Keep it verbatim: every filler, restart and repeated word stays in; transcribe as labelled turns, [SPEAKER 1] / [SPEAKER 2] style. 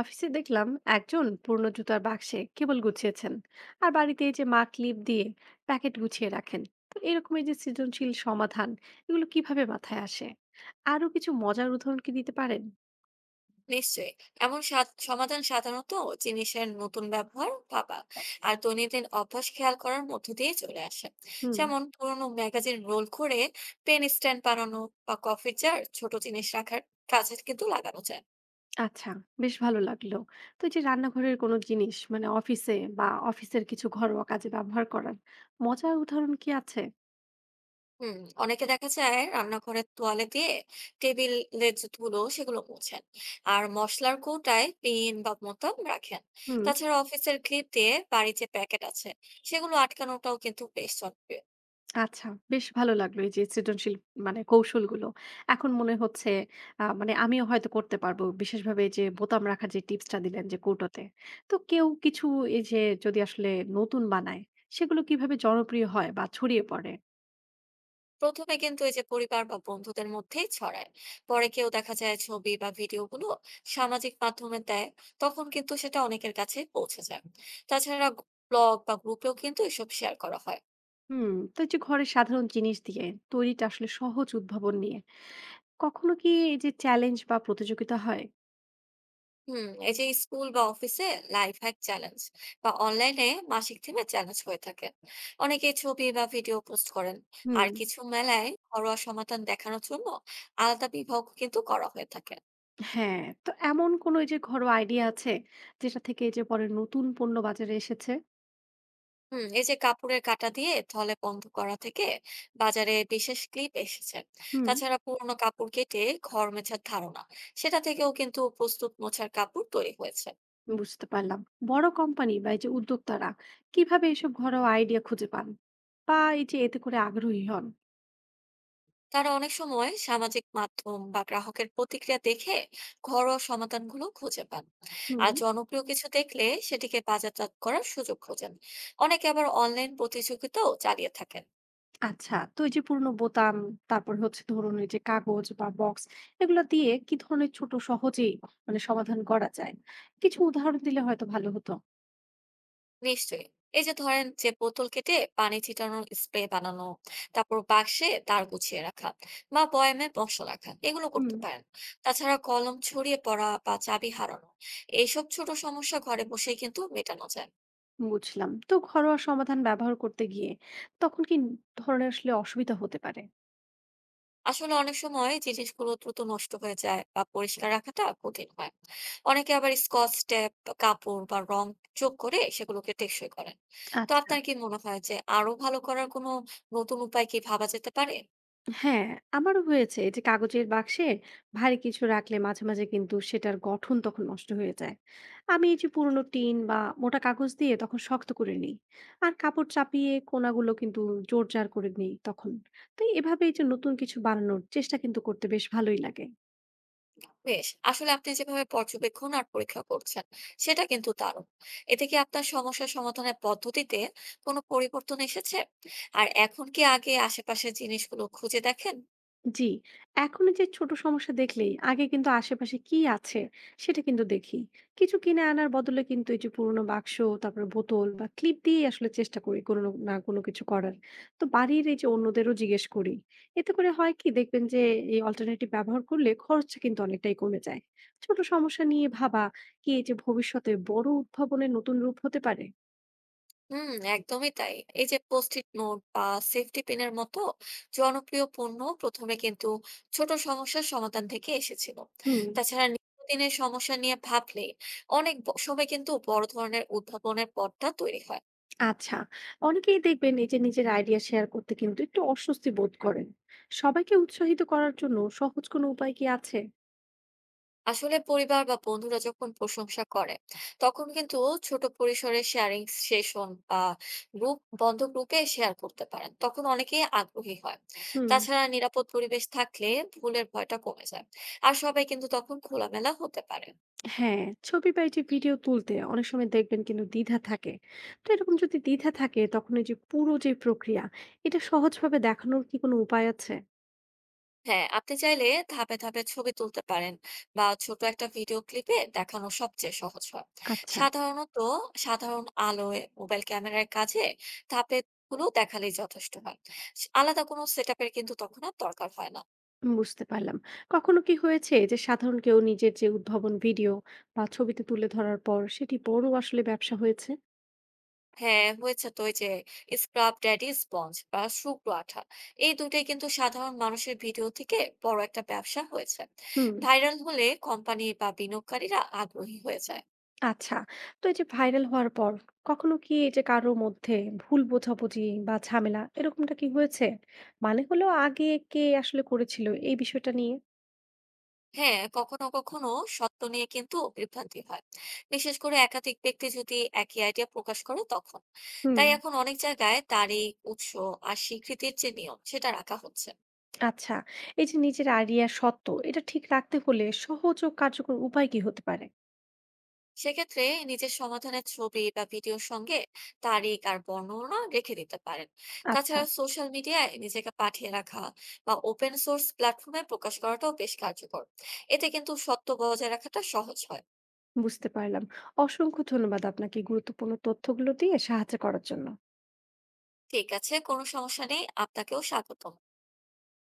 [SPEAKER 1] অফিসে দেখলাম একজন পুরনো জুতার বাক্সে কেবল গুছিয়েছেন। আর বাড়িতে এই যে মা ক্লিপ দিয়ে প্যাকেট গুছিয়ে রাখেন। তো এরকম এই যে সৃজনশীল সমাধান, এগুলো কিভাবে মাথায় আসে? আরো কিছু মজার উদাহরণ কি দিতে পারেন?
[SPEAKER 2] নিশ্চয়ই। এমন সাদ সমাধান সাধারণত জিনিসের নতুন ব্যবহার ভাবা আর দৈনন্দিন অভ্যাস খেয়াল করার মধ্য দিয়ে চলে আসে।
[SPEAKER 1] হুম।
[SPEAKER 2] যেমন পুরোনো ম্যাগাজিন রোল করে পেন স্ট্যান্ড বানানো বা কফির জার ছোট জিনিস রাখার কাজে কিন্তু লাগানো যায়।
[SPEAKER 1] আচ্ছা, বেশ ভালো লাগলো। তো এই যে রান্নাঘরের কোনো জিনিস মানে অফিসে বা অফিসের কিছু ঘরোয়া কাজে ব্যবহার করার মজার উদাহরণ কি আছে?
[SPEAKER 2] হুম, অনেকে দেখা যায় রান্নাঘরের তোয়ালে দিয়ে টেবিলের যে ধুলো সেগুলো মোছেন। আর মসলার কৌটায় পিন বা বোতাম রাখেন।
[SPEAKER 1] হুম।
[SPEAKER 2] তাছাড়া অফিসের ক্লিপ দিয়ে বাড়ির যে প্যাকেট আছে সেগুলো আটকানোটাও কিন্তু বেশ জনপ্রিয়।
[SPEAKER 1] আচ্ছা, বেশ ভালো লাগলো এই যে সৃজনশীল মানে কৌশলগুলো। এখন মনে হচ্ছে আ মানে আমিও হয়তো করতে পারবো। বিশেষভাবে এই যে বোতাম রাখার যে টিপসটা দিলেন যে কৌটোতে। তো কেউ কিছু এই যে যদি আসলে নতুন বানায়, সেগুলো কিভাবে জনপ্রিয় হয় বা ছড়িয়ে পড়ে?
[SPEAKER 2] প্রথমে কিন্তু এই যে পরিবার বা বন্ধুদের মধ্যেই ছড়ায়, পরে কেউ দেখা যায় ছবি বা ভিডিওগুলো সামাজিক মাধ্যমে দেয়, তখন কিন্তু সেটা অনেকের কাছে পৌঁছে যায়। তাছাড়া ব্লগ বা গ্রুপেও কিন্তু এসব শেয়ার করা হয়।
[SPEAKER 1] হুম, তো এই যে ঘরের সাধারণ জিনিস দিয়ে তৈরিটা আসলে সহজ উদ্ভাবন নিয়ে কখনো কি এই যে চ্যালেঞ্জ বা প্রতিযোগিতা হয়?
[SPEAKER 2] হুম, এই যে স্কুল বা অফিসে লাইফ হ্যাক চ্যালেঞ্জ বা অনলাইনে মাসিক থিমে চ্যালেঞ্জ হয়ে থাকে, অনেকে ছবি বা ভিডিও পোস্ট করেন।
[SPEAKER 1] হুম,
[SPEAKER 2] আর কিছু মেলায় ঘরোয়া সমাধান দেখানোর জন্য আলাদা বিভাগ কিন্তু করা হয়ে থাকে।
[SPEAKER 1] হ্যাঁ। তো এমন কোনো এই যে ঘরোয়া আইডিয়া আছে যেটা থেকে এই যে পরে নতুন পণ্য বাজারে এসেছে?
[SPEAKER 2] হুম, এই যে কাপড়ের কাঁটা দিয়ে থলে বন্ধ করা থেকে বাজারে বিশেষ ক্লিপ এসেছে।
[SPEAKER 1] হুম।
[SPEAKER 2] তাছাড়া পুরোনো কাপড় কেটে ঘর মোছার ধারণা, সেটা থেকেও কিন্তু প্রস্তুত মোছার কাপড় তৈরি হয়েছে।
[SPEAKER 1] বুঝতে পারলাম। বড় কোম্পানি বা এই যে উদ্যোক্তারা কিভাবে এসব ঘরোয়া আইডিয়া খুঁজে পান বা এই যে এতে করে আগ্রহী হন?
[SPEAKER 2] তারা অনেক সময় সামাজিক মাধ্যম বা গ্রাহকের প্রতিক্রিয়া দেখে ঘরোয়া সমাধানগুলো খুঁজে পান।
[SPEAKER 1] হুম।
[SPEAKER 2] আর জনপ্রিয় কিছু দেখলে সেটিকে বাজারজাত করার সুযোগ খোঁজেন। অনেকে আবার অনলাইন প্রতিযোগিতাও চালিয়ে থাকেন।
[SPEAKER 1] আচ্ছা, তো এই যে পুরনো বোতাম, তারপর হচ্ছে ধরুন এই যে কাগজ বা বক্স, এগুলো দিয়ে কি ধরনের ছোট সহজেই মানে সমাধান করা যায়? কিছু উদাহরণ দিলে হয়তো ভালো হতো।
[SPEAKER 2] নিশ্চয়ই। এই যে ধরেন যে বোতল কেটে পানি ছিটানোর স্প্রে বানানো, তারপর বাক্সে তার গুছিয়ে রাখা বা বয়ামে মশলা রাখা, এগুলো
[SPEAKER 1] হুম।
[SPEAKER 2] করতে পারেন। তাছাড়া কলম ছড়িয়ে পড়া বা চাবি হারানো, এইসব ছোট সমস্যা ঘরে বসেই কিন্তু মেটানো যায়।
[SPEAKER 1] বুঝলাম। তো ঘরোয়া সমাধান ব্যবহার করতে গিয়ে তখন কি ধরনের আসলে অসুবিধা হতে পারে?
[SPEAKER 2] আসলে অনেক সময় জিনিসগুলো দ্রুত নষ্ট হয়ে যায় বা পরিষ্কার রাখাটা কঠিন হয়। অনেকে আবার স্কচ টেপ, কাপড় বা রং যোগ করে সেগুলোকে টেকসই করেন। তো
[SPEAKER 1] আচ্ছা।
[SPEAKER 2] আপনার কি মনে হয় যে আরো ভালো করার কোনো নতুন উপায় কি ভাবা যেতে পারে?
[SPEAKER 1] হ্যাঁ, আমারও হয়েছে এই যে কাগজের বাক্সে ভারী কিছু রাখলে মাঝে মাঝে কিন্তু সেটার গঠন তখন নষ্ট হয়ে যায়। আমি এই যে পুরোনো টিন বা মোটা কাগজ দিয়ে তখন শক্ত করে নিই, আর কাপড় চাপিয়ে কোনাগুলো কিন্তু জোড়জার করে নিই তখন। তাই এভাবে এই যে নতুন কিছু বানানোর চেষ্টা কিন্তু করতে বেশ ভালোই লাগে।
[SPEAKER 2] বেশ, আসলে আপনি যেভাবে পর্যবেক্ষণ আর পরীক্ষা করছেন সেটা কিন্তু দারুণ। এতে কি আপনার সমস্যা সমাধানের পদ্ধতিতে কোনো পরিবর্তন এসেছে? আর এখন কি আগে আশেপাশের জিনিসগুলো খুঁজে দেখেন?
[SPEAKER 1] জি, এখন এই যে ছোট সমস্যা দেখলেই আগে কিন্তু আশেপাশে কি আছে সেটা কিন্তু দেখি। কিছু কিনে আনার বদলে কিন্তু এই যে পুরোনো বাক্স, তারপরে বোতল বা ক্লিপ দিয়েই আসলে চেষ্টা করি কোনো ন না কোনো কিছু করার। তো বাড়ির এই যে অন্যদেরও জিজ্ঞেস করি। এতে করে হয় কি দেখবেন যে এই অল্টারনেটিভ ব্যবহার করলে খরচটা কিন্তু অনেকটাই কমে যায়। ছোট সমস্যা নিয়ে ভাবা কি এই যে ভবিষ্যতে বড় উদ্ভাবনের নতুন রূপ হতে পারে?
[SPEAKER 2] হুম, একদমই তাই। এই যে পোস্টিট নোট বা সেফটি পিনের মতো জনপ্রিয় পণ্য প্রথমে কিন্তু ছোট সমস্যার সমাধান থেকে এসেছিল।
[SPEAKER 1] হুম।
[SPEAKER 2] তাছাড়া নিত্যদিনের সমস্যা নিয়ে ভাবলে অনেক ব- সময় কিন্তু বড় ধরনের উদ্ভাবনের পথটা তৈরি হয়।
[SPEAKER 1] আচ্ছা, অনেকেই দেখবেন এই যে নিজের আইডিয়া শেয়ার করতে কিন্তু একটু অস্বস্তি বোধ করেন। সবাইকে উৎসাহিত করার জন্য সহজ কোনো উপায় কি আছে?
[SPEAKER 2] আসলে পরিবার বা বন্ধুরা যখন প্রশংসা করে তখন কিন্তু ছোট পরিসরে শেয়ারিং সেশন বা গ্রুপ, বন্ধ গ্রুপে শেয়ার করতে পারেন, তখন অনেকেই আগ্রহী হয়।
[SPEAKER 1] হুম।
[SPEAKER 2] তাছাড়া নিরাপদ পরিবেশ থাকলে ভুলের ভয়টা কমে যায়, আর সবাই কিন্তু তখন খোলামেলা হতে পারে।
[SPEAKER 1] হ্যাঁ, ছবি বা এই যে ভিডিও তুলতে অনেক সময় দেখবেন কিন্তু দ্বিধা থাকে। তো এরকম যদি দ্বিধা থাকে তখন এই যে পুরো যে প্রক্রিয়া, এটা সহজভাবে দেখানোর কি কোনো উপায় আছে?
[SPEAKER 2] হ্যাঁ, আপনি চাইলে ধাপে ধাপে ছবি তুলতে পারেন বা ছোট একটা ভিডিও ক্লিপে দেখানো সবচেয়ে সহজ হয়।
[SPEAKER 1] আচ্ছা।
[SPEAKER 2] সাধারণত সাধারণ আলোয় মোবাইল ক্যামেরার কাছে ধাপে গুলো দেখালেই যথেষ্ট হয়, আলাদা কোনো সেটআপের কিন্তু তখন আর দরকার হয় না।
[SPEAKER 1] বুঝতে পারলাম। কখনো কি হয়েছে যে সাধারণ কেউ নিজের যে উদ্ভাবন ভিডিও বা ছবিতে তুলে ধরার পর সেটি বড় আসলে ব্যবসা হয়েছে?
[SPEAKER 2] হ্যাঁ হয়েছে তো, ওই যে স্ক্রাব ড্যাডি স্পঞ্জ বা শুকনো আঠা, এই দুটোই কিন্তু সাধারণ মানুষের ভিডিও থেকে বড় একটা ব্যবসা হয়েছে।
[SPEAKER 1] হুম।
[SPEAKER 2] ভাইরাল হলে কোম্পানি বা বিনিয়োগকারীরা আগ্রহী হয়ে যায়।
[SPEAKER 1] আচ্ছা। তো এই যে ভাইরাল হওয়ার পর কখনো কি এই যে কারো মধ্যে ভুল বোঝাবুঝি বা ঝামেলা এরকমটা কি হয়েছে? মানে হলো আগে কে আসলে করেছিল এই বিষয়টা নিয়ে?
[SPEAKER 2] হ্যাঁ, কখনো কখনো সত্য নিয়ে কিন্তু বিভ্রান্তি হয়, বিশেষ করে একাধিক ব্যক্তি যদি একই আইডিয়া প্রকাশ করে তখন।
[SPEAKER 1] হুম।
[SPEAKER 2] তাই এখন অনেক জায়গায় তারিখ, উৎস আর স্বীকৃতির যে নিয়ম সেটা রাখা হচ্ছে।
[SPEAKER 1] আচ্ছা। এই যে নিজের আইডিয়া সত্ত্ব এটা ঠিক রাখতে হলে সহজ ও কার্যকর উপায় কি হতে পারে?
[SPEAKER 2] সেক্ষেত্রে নিজের সমাধানের ছবি বা ভিডিওর সঙ্গে তারিখ আর বর্ণনা রেখে দিতে পারেন।
[SPEAKER 1] আচ্ছা,
[SPEAKER 2] তাছাড়া সোশ্যাল মিডিয়ায় নিজেকে পাঠিয়ে রাখা বা ওপেন সোর্স প্ল্যাটফর্মে প্রকাশ করাটাও বেশ কার্যকর, এতে কিন্তু সত্য বজায় রাখাটা সহজ হয়।
[SPEAKER 1] বুঝতে পারলাম। অসংখ্য ধন্যবাদ আপনাকে গুরুত্বপূর্ণ তথ্যগুলো দিয়ে সাহায্য করার জন্য।
[SPEAKER 2] ঠিক আছে, কোনো সমস্যা নেই, আপনাকেও স্বাগত।